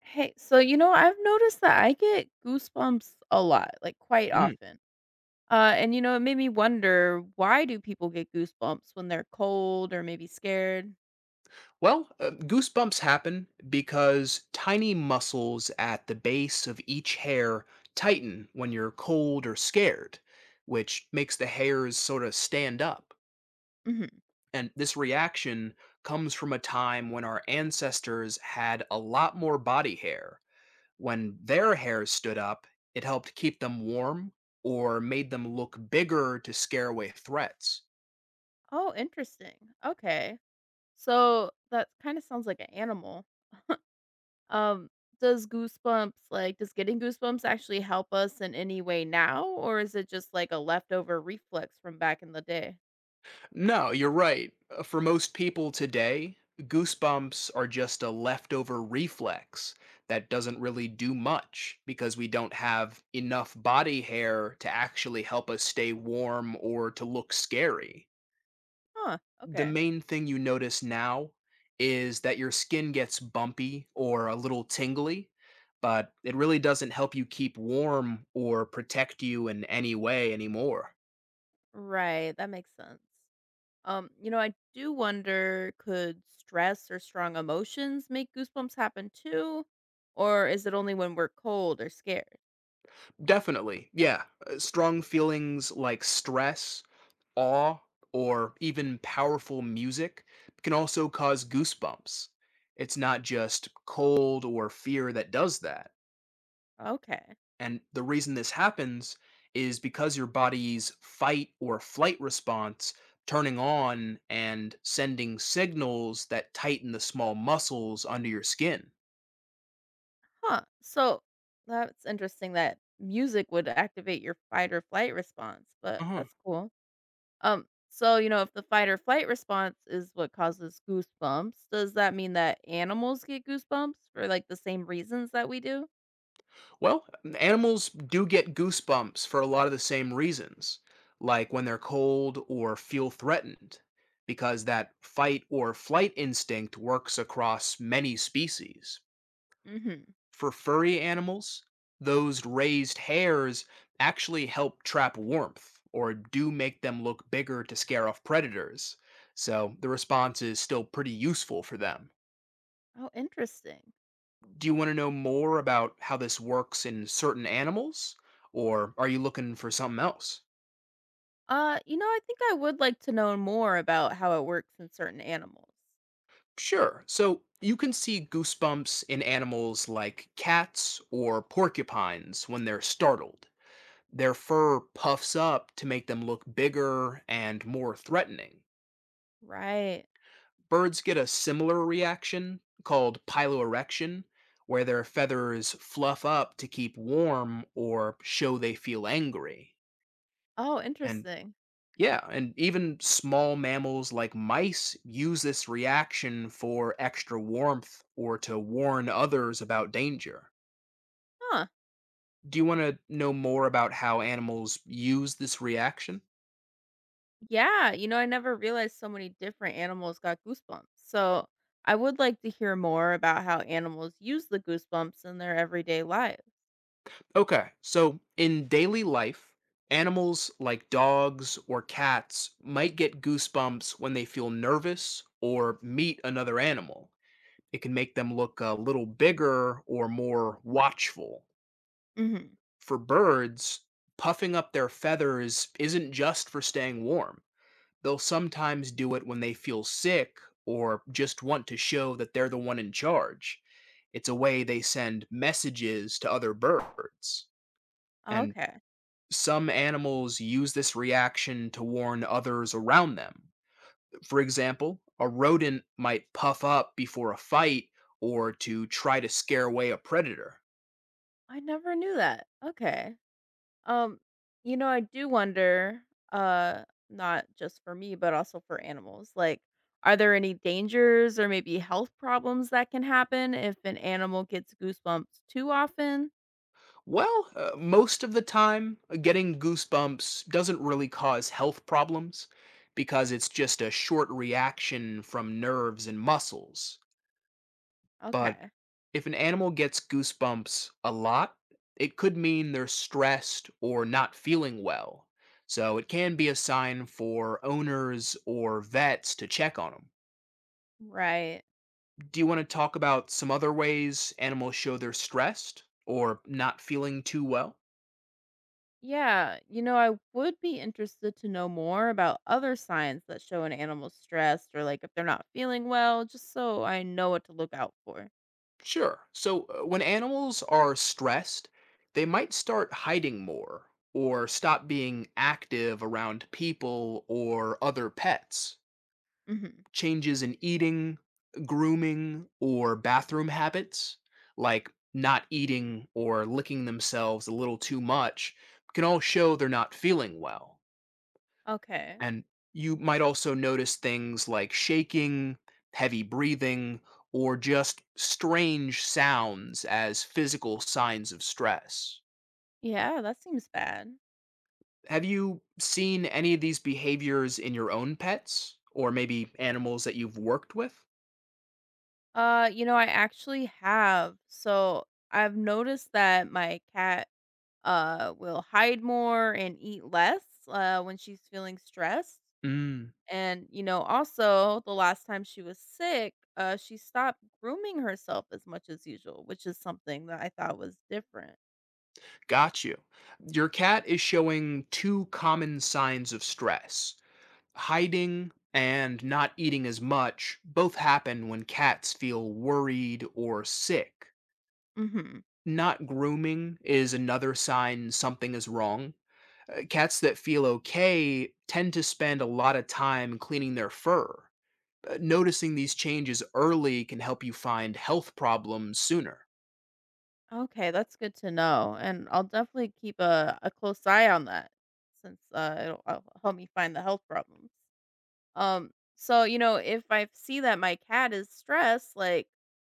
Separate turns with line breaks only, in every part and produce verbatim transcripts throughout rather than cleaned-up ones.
Hey, so you know, I've noticed that I get goosebumps a lot, like quite
Mhm.
often. Uh, and you know, it made me wonder, why do people get goosebumps when they're cold or maybe scared?
Well, uh, goosebumps happen because tiny muscles at the base of each hair tighten when you're cold or scared, which makes the hairs sort of stand up.
hmm
And this reaction comes from a time when our ancestors had a lot more body hair. When their hairs stood up, it helped keep them warm or made them look bigger to scare away threats.
Oh, interesting. Okay, so that kind of sounds like an animal. Um, does goosebumps like does getting goosebumps actually help us in any way now, or is it just like a leftover reflex from back in the day?
No, you're right. Uh, For most people today, goosebumps are just a leftover reflex that doesn't really do much because we don't have enough body hair to actually help us stay warm or to look scary.
Huh.
The
Okay.
main thing you notice now is that your skin gets bumpy or a little tingly, but it really doesn't help you keep warm or protect you in any way anymore.
Right, that makes sense. Um, you know, I do wonder, could stress or strong emotions make goosebumps happen too? Or is it only when we're cold or scared?
Definitely. Yeah. Uh, Strong feelings like stress, awe, or even powerful music can also cause goosebumps. It's not just cold or fear that does that.
Okay.
And the reason this happens is because your body's fight or flight response turning on and sending signals that tighten the small muscles under your skin.
Huh. So that's interesting that music would activate your fight or flight response, but that's cool. Um, so you know, if the fight or flight response is what causes goosebumps, does that mean that animals get goosebumps for like the same reasons that we do?
Well, animals do get goosebumps for a lot of the same reasons, like when they're cold or feel threatened, because that fight or flight instinct works across many species.
Mm-hmm.
For furry animals, those raised hairs actually help trap warmth or do make them look bigger to scare off predators, so the response is still pretty useful for them.
Oh, interesting.
Do you want to know more about how this works in certain animals? Or are you looking for something else?
Uh, you know, I think I would like to know more about how it works in certain animals.
Sure. So you can see goosebumps in animals like cats or porcupines when they're startled. Their fur puffs up to make them look bigger and more threatening.
Right.
Birds get a similar reaction called piloerection, where their feathers fluff up to keep warm or show they feel angry.
Oh,
And
interesting.
Yeah, and even small mammals like mice use this reaction for extra warmth or to warn others about danger.
Huh.
Do you want to know more about how animals use this reaction?
Yeah, you know, I never realized so many different animals got goosebumps. So I would like to hear more about how animals use the goosebumps in their everyday lives.
Okay, so in daily life, animals like dogs or cats might get goosebumps when they feel nervous or meet another animal. It can make them look a little bigger or more watchful.
hmm
For birds, puffing up their feathers isn't just for staying warm. They'll sometimes do it when they feel sick or just want to show that they're the one in charge. It's a way they send messages to other birds. And
Okay.
some animals use this reaction to warn others around them. For example, a rodent might puff up before a fight or to try to scare away a predator.
I never knew that. Okay. Um, you know, I do wonder, uh, not just for me, but also for animals. Like, are there any dangers or maybe health problems that can happen if an animal gets goosebumps too often?
Well, uh, most of the time, uh, getting goosebumps doesn't really cause health problems because it's just a short reaction from nerves and muscles. But
Okay.
if an animal gets goosebumps a lot, it could mean they're stressed or not feeling well. So it can be a sign for owners or vets to check on them.
Right.
Do you want to talk about some other ways animals show they're stressed or not feeling too well?
Yeah. You know, I would be interested to know more about other signs that show an animal's stressed or like if they're not feeling well, just so I know what to look out for.
Sure. So, uh, when animals are stressed, they might start hiding more or stop being active around people or other pets.
hmm
Changes in eating, grooming, or bathroom habits, like not eating or licking themselves a little too much, can all show they're not feeling well.
Okay.
And you might also notice things like shaking, heavy breathing, or just strange sounds as physical signs of stress.
Yeah, that seems bad.
Have you seen any of these behaviors in your own pets or maybe animals that you've worked with?
Uh, you know, I actually have. So I've noticed that my cat uh will hide more and eat less uh when she's feeling stressed.
Mm,
And you know, also the last time she was sick, uh she stopped grooming herself as much as usual, which is something that I thought was different.
got you. Your cat is showing two common signs of stress: hiding and not eating as much, both happen when cats feel worried or sick.
Mhm.
Not grooming is another sign something is wrong. Uh, Cats that feel okay tend to spend a lot of time cleaning their fur. Uh, Noticing these changes early can help you find health problems sooner.
Okay, that's good to know. And I'll definitely keep a, a close eye on that since uh it'll, it'll help me find the health problems. Um, so, you know, if I see that my cat is stressed, like,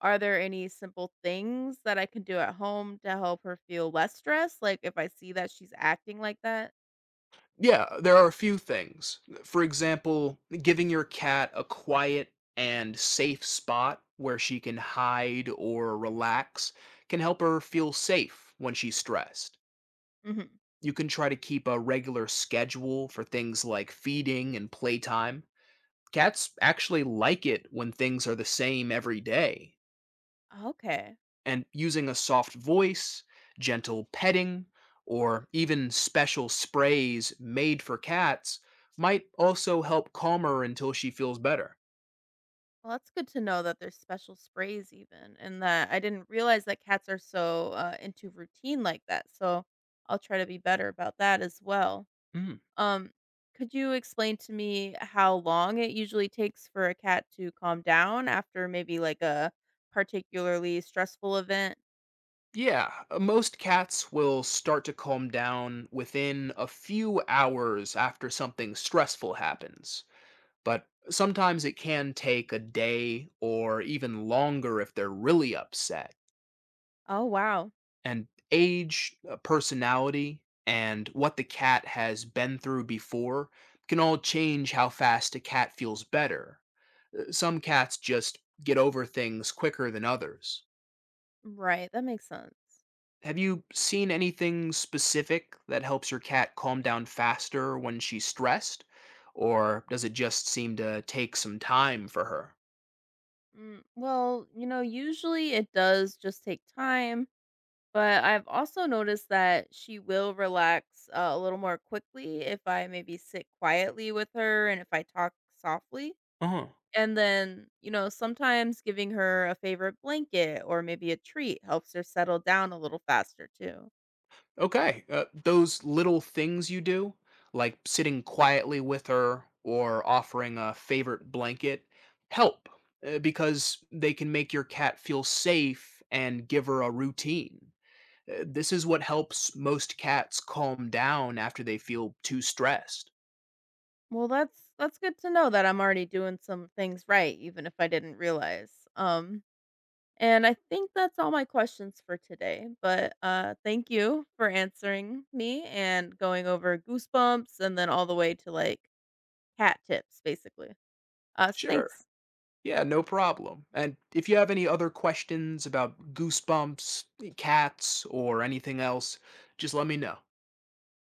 are there any simple things that I can do at home to help her feel less stressed? Like, if I see that she's acting like that?
Yeah, there are a few things. For example, giving your cat a quiet and safe spot where she can hide or relax can help her feel safe when she's stressed.
hmm
You can try to keep a regular schedule for things like feeding and playtime. Cats actually like it when things are the same every day,
Okay.
and using a soft voice, gentle petting, or even special sprays made for cats might also help calm her until she feels better.
Well, that's good to know that there's special sprays, even, and that I didn't realize that cats are so uh, into routine like that. So I'll try to be better about that as well.
Mm.
Um, could you explain to me how long it usually takes for a cat to calm down after maybe like a particularly stressful event?
Yeah, uh, Most cats will start to calm down within a few hours after something stressful happens. But sometimes it can take a day or even longer if they're really upset.
Oh, wow.
And age, uh, personality, and what the cat has been through before can all change how fast a cat feels better. Uh, Some cats just get over things quicker than others.
Right, that makes sense.
Have you seen anything specific that helps your cat calm down faster when she's stressed? Or does it just seem to take some time for her?
Mm, well, you know, usually it does just take time, but I've also noticed that she will relax uh, a little more quickly if I maybe sit quietly with her and if I talk softly.
Uh huh.
And then, you know, sometimes giving her a favorite blanket or maybe a treat helps her settle down a little faster too.
Okay. Uh, those little things you do, like sitting quietly with her or offering a favorite blanket, help uh, because they can make your cat feel safe and give her a routine. Uh, This is what helps most cats calm down after they feel too stressed.
Well, that's that's good to know that I'm already doing some things right even if I didn't realize. Um and I think that's all my questions for today, but uh thank you for answering me and going over goosebumps and then all the way to like cat tips basically. Uh so
Sure.
thanks.
Yeah, no problem. And if you have any other questions about goosebumps, cats, or anything else, just let me know.